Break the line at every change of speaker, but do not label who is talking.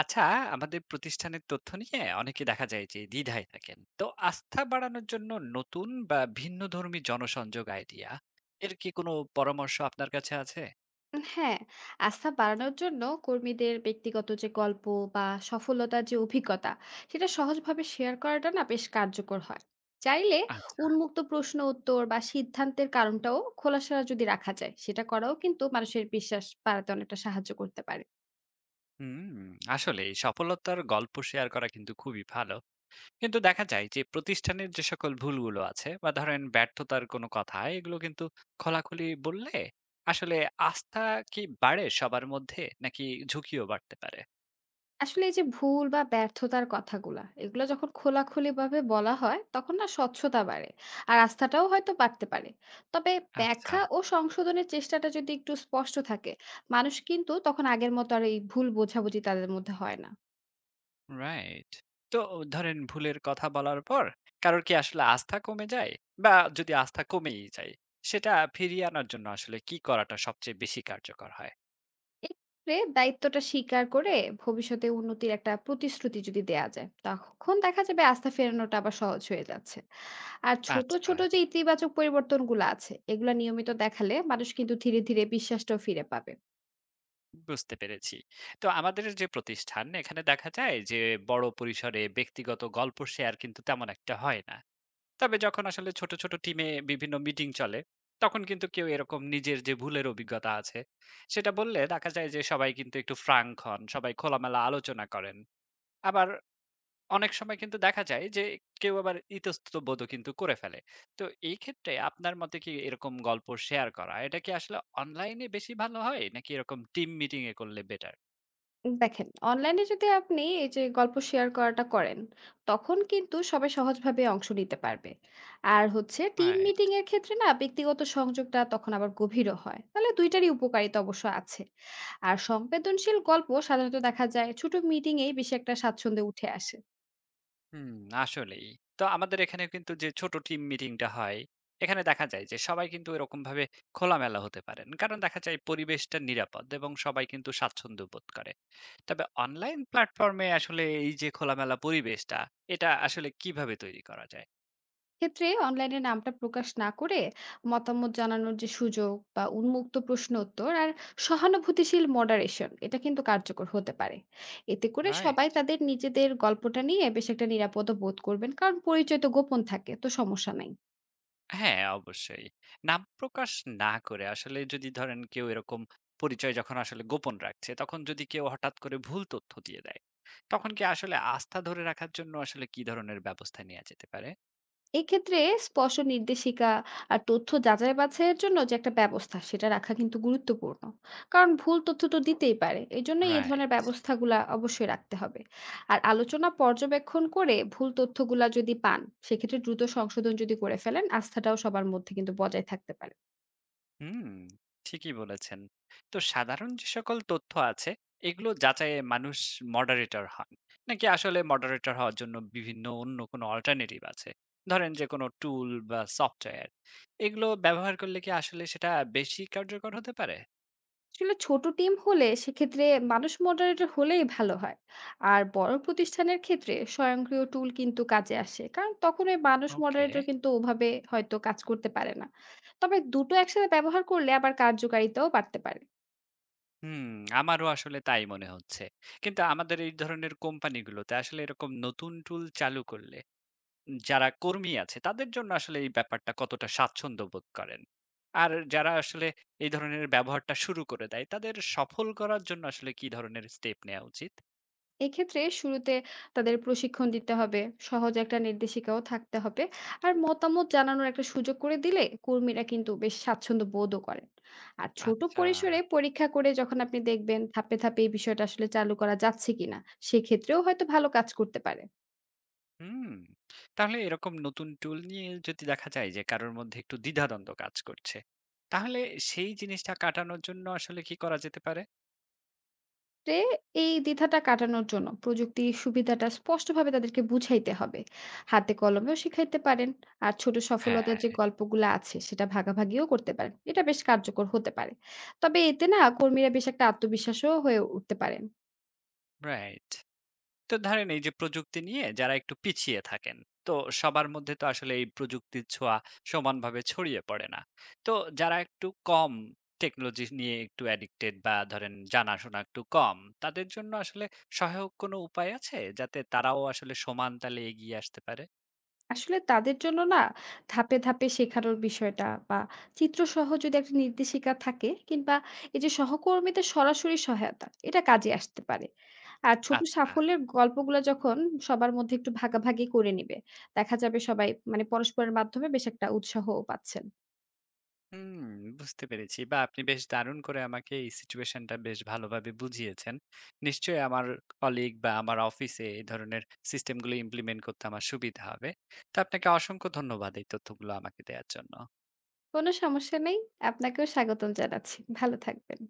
আচ্ছা, আমাদের প্রতিষ্ঠানের তথ্য নিয়ে অনেকে দেখা যায় যে দ্বিধায় থাকেন। তো আস্থা বাড়ানোর জন্য নতুন বা ভিন্নধর্মী জনসংযোগ আইডিয়া এর কি কোনো পরামর্শ আপনার কাছে আছে?
হ্যাঁ, আস্থা বাড়ানোর জন্য কর্মীদের ব্যক্তিগত যে গল্প বা সফলতার যে অভিজ্ঞতা সেটা সহজভাবে শেয়ার করাটা না বেশ কার্যকর হয়। চাইলে
আচ্ছা।
উন্মুক্ত প্রশ্ন উত্তর বা সিদ্ধান্তের কারণটাও খোলাসা যদি রাখা যায় সেটা করাও কিন্তু মানুষের বিশ্বাস বাড়াতে অনেকটা সাহায্য করতে পারে।
হুম। আসলে এই সফলতার গল্প শেয়ার করা কিন্তু খুবই ভালো, কিন্তু দেখা যায় যে প্রতিষ্ঠানের যে সকল ভুলগুলো আছে বা ধরেন ব্যর্থতার কোনো কথা, এগুলো কিন্তু খোলাখুলি বললে আসলে আস্থা কি বাড়ে সবার মধ্যে নাকি ঝুঁকিও বাড়তে পারে?
আসলে এই যে ভুল বা ব্যর্থতার কথাগুলা এগুলো যখন খোলাখুলি ভাবে বলা হয় তখন না স্বচ্ছতা বাড়ে, আর আস্থাটাও হয়তো বাড়তে পারে। তবে
আচ্ছা।
ব্যাখ্যা ও সংশোধনের চেষ্টাটা যদি একটু স্পষ্ট থাকে, মানুষ কিন্তু তখন আগের মতো আর এই ভুল বোঝাবুঝি তাদের মধ্যে হয় না।
রাইট। তো ধরেন ভুলের কথা বলার পর কারোর কি আসলে আস্থা কমে যায়? বা যদি আস্থা কমেই যায়, সেটা ফিরিয়ে আনার জন্য আসলে কি করাটা সবচেয়ে বেশি কার্যকর হয়?
এক্ষেত্রে দায়িত্বটা স্বীকার করে ভবিষ্যতে উন্নতির একটা প্রতিশ্রুতি যদি দেয়া যায়, তখন দেখা যাবে আস্থা ফেরানোটা আবার সহজ হয়ে যাচ্ছে। আর ছোট
আচ্ছা,
ছোট যে ইতিবাচক পরিবর্তনগুলো আছে এগুলো নিয়মিত দেখালে মানুষ কিন্তু ধীরে ধীরে বিশ্বাসটাও ফিরে পাবে।
বুঝতে পেরেছি। তো আমাদের যে প্রতিষ্ঠান, এখানে দেখা যায় যে বড় পরিসরে ব্যক্তিগত গল্প শেয়ার কিন্তু তেমন একটা হয় না। তবে যখন আসলে ছোট, ছোট টিমে বিভিন্ন মিটিং চলে, তখন কিন্তু কেউ এরকম নিজের যে ভুলের অভিজ্ঞতা আছে, সেটা বললে দেখা যায় যে সবাই কিন্তু একটু ফ্রাঙ্ক হন, সবাই খোলামেলা আলোচনা করেন। আবার অনেক সময় কিন্তু দেখা যায় যে কেউ আবার ইতস্ততবোধও কিন্তু করে ফেলে। তো এই ক্ষেত্রে আপনার মতে কি এরকম গল্প শেয়ার করা, এটা কি আসলে অনলাইনে বেশি ভালো হয়? নাকি এরকম টিম মিটিং এ করলে বেটার?
দেখেন, অনলাইনে যদি আপনি এই যে গল্প শেয়ার করাটা করেন, তখন কিন্তু সবাই সহজভাবে অংশ নিতে পারবে। আর হচ্ছে টিম
রাইট।
মিটিং এর ক্ষেত্রে না ব্যক্তিগত সংযোগটা তখন আবার গভীরও হয়। তাহলে ২ টারই উপকারিতা অবশ্য আছে। আর সংবেদনশীল গল্প সাধারণত দেখা যায় ছোট মিটিং এই বেশি একটা স্বাচ্ছন্দ্যে উঠে আসে।
হুম, আসলেই। তো আমাদের এখানে কিন্তু যে ছোট টিম মিটিংটা হয়, এখানে দেখা যায় যে সবাই কিন্তু এরকমভাবে খোলামেলা হতে পারেন। কারণ দেখা যায় পরিবেশটা নিরাপদ এবং সবাই কিন্তু স্বাচ্ছন্দ্য বোধ করে। তবে অনলাইন প্ল্যাটফর্মে আসলে এই যে খোলামেলা পরিবেশটা, এটা আসলে কিভাবে তৈরি করা যায়?
ক্ষেত্রে অনলাইনে নামটা প্রকাশ না করে মতামত জানানোর যে সুযোগ বা উন্মুক্ত প্রশ্ন উত্তর আর সহানুভূতিশীল মডারেশন এটা কিন্তু কার্যকর হতে পারে। এতে করে সবাই
রাইট।
তাদের নিজেদের গল্পটা নিয়ে বেশ একটা নিরাপদ বোধ করবেন, কারণ পরিচয় তো গোপন থাকে, তো সমস্যা নাই।
হ্যাঁ, অবশ্যই। নাম প্রকাশ না করে আসলে যদি ধরেন কেউ এরকম পরিচয় যখন আসলে গোপন রাখছে, তখন যদি কেউ হঠাৎ করে ভুল তথ্য দিয়ে দেয়, তখন কি আসলে আস্থা ধরে রাখার জন্য আসলে কি ধরনের ব্যবস্থা নেয়া যেতে পারে?
এক্ষেত্রে স্পষ্ট নির্দেশিকা আর তথ্য যাচাই বাছাইয়ের জন্য যে একটা ব্যবস্থা সেটা রাখা কিন্তু গুরুত্বপূর্ণ। কারণ ভুল তথ্য তো দিতেই পারে, এই জন্য এই ধরনের
রাইট।
ব্যবস্থাগুলা অবশ্যই রাখতে হবে। আর আলোচনা পর্যবেক্ষণ করে ভুল তথ্যগুলা যদি পান, সেক্ষেত্রে দ্রুত সংশোধন যদি করে ফেলেন আস্থাটাও সবার মধ্যে কিন্তু বজায় থাকতে পারে।
হুম, ঠিকই বলেছেন। তো সাধারণ যে সকল তথ্য আছে, এগুলো যাচাইয়ে মানুষ মডারেটর হন? নাকি আসলে মডারেটর হওয়ার জন্য বিভিন্ন অন্য কোনো অল্টারনেটিভ আছে? ধরেন যে কোনো টুল বা সফটওয়্যার, এগুলো ব্যবহার করলে কি আসলে সেটা বেশি কার্যকর হতে পারে?
আসলে ছোট টিম হলে সেক্ষেত্রে মানুষ মডারেটর হলেই ভালো হয়। আর বড় প্রতিষ্ঠানের ক্ষেত্রে স্বয়ংক্রিয় টুল কিন্তু কাজে আসে, কারণ তখন ওই মানুষ
ওকে।
মডারেটর কিন্তু ওভাবে হয়তো কাজ করতে পারে না। তবে দুটো একসাথে ব্যবহার করলে আবার কার্যকারিতাও বাড়তে পারে।
হুম, আমারও আসলে তাই মনে হচ্ছে। কিন্তু আমাদের এই ধরনের কোম্পানিগুলোতে আসলে এরকম নতুন টুল চালু করলে যারা কর্মী আছে তাদের জন্য আসলে এই ব্যাপারটা কতটা স্বাচ্ছন্দ্য বোধ করেন? আর যারা আসলে এই ধরনের ব্যবহারটা শুরু করে দেয় তাদের সফল করার জন্য আসলে কি ধরনের স্টেপ নেয়া উচিত?
এক্ষেত্রে শুরুতে তাদের প্রশিক্ষণ দিতে হবে, সহজ একটা নির্দেশিকাও থাকতে হবে। আর মতামত জানানোর একটা সুযোগ করে দিলে কর্মীরা কিন্তু বেশ স্বাচ্ছন্দ্য বোধও করেন। আর ছোট
আচ্ছা,
পরিসরে পরীক্ষা করে যখন আপনি দেখবেন ধাপে ধাপে এই বিষয়টা আসলে চালু করা যাচ্ছে কিনা, সেক্ষেত্রেও হয়তো ভালো কাজ করতে পারে।
হুম। তাহলে এরকম নতুন টুল নিয়ে যদি দেখা যায় যে কারোর মধ্যে একটু দ্বিধাদ্বন্দ্ব কাজ করছে, তাহলে সেই জিনিসটা কাটানোর জন্য আসলে কি করা যেতে পারে?
রে এই দ্বিধাটা কাটানোর জন্য প্রযুক্তির সুবিধাটা স্পষ্টভাবে তাদেরকে বুঝাইতে হবে। হাতে কলমেও শিখাইতে পারেন। আর ছোট সফলতার
হ্যাঁ,
যে গল্পগুলা আছে সেটা ভাগাভাগিও করতে পারেন। এটা বেশ কার্যকর হতে পারে। তবে এতে না কর্মীরা বেশ একটা আত্মবিশ্বাসও হয়ে উঠতে পারেন।
রাইট। তো ধরেন এই যে প্রযুক্তি নিয়ে যারা একটু পিছিয়ে থাকেন, তো সবার মধ্যে তো আসলে এই প্রযুক্তির ছোঁয়া সমানভাবে ছড়িয়ে পড়ে না। তো যারা একটু কম, টেকনোলজি নিয়ে একটু অ্যাডিক্টেড বা ধরেন জানাশোনা একটু কম, তাদের জন্য আসলে সহায়ক কোনো উপায় আছে যাতে তারাও আসলে সমান তালে এগিয়ে আসতে পারে?
আসলে তাদের জন্য না ধাপে ধাপে শেখানোর বিষয়টা বা চিত্রসহ যদি একটা নির্দেশিকা থাকে, কিংবা এই যে সহকর্মীদের সরাসরি সহায়তা, এটা কাজে আসতে পারে। আর ছোট
আচ্ছা।
সাফল্যের গল্পগুলো যখন সবার মধ্যে একটু ভাগাভাগি করে নিবে, দেখা যাবে সবাই মানে পরস্পরের মাধ্যমে বেশ একটা উৎসাহও পাচ্ছেন।
হুম, বুঝতে পেরেছি। বা আপনি বেশ দারুণ করে আমাকে এই সিচুয়েশনটা বেশ ভালোভাবে বুঝিয়েছেন। নিশ্চয়ই আমার কলিগ বা আমার অফিসে এ ধরনের সিস্টেমগুলো ইমপ্লিমেন্ট করতে আমার সুবিধা হবে। তো আপনাকে অসংখ্য ধন্যবাদ এই তথ্যগুলো আমাকে দেয়ার জন্য।
কোনো সমস্যা নেই, আপনাকেও স্বাগতম জানাচ্ছি। ভালো থাকবেন।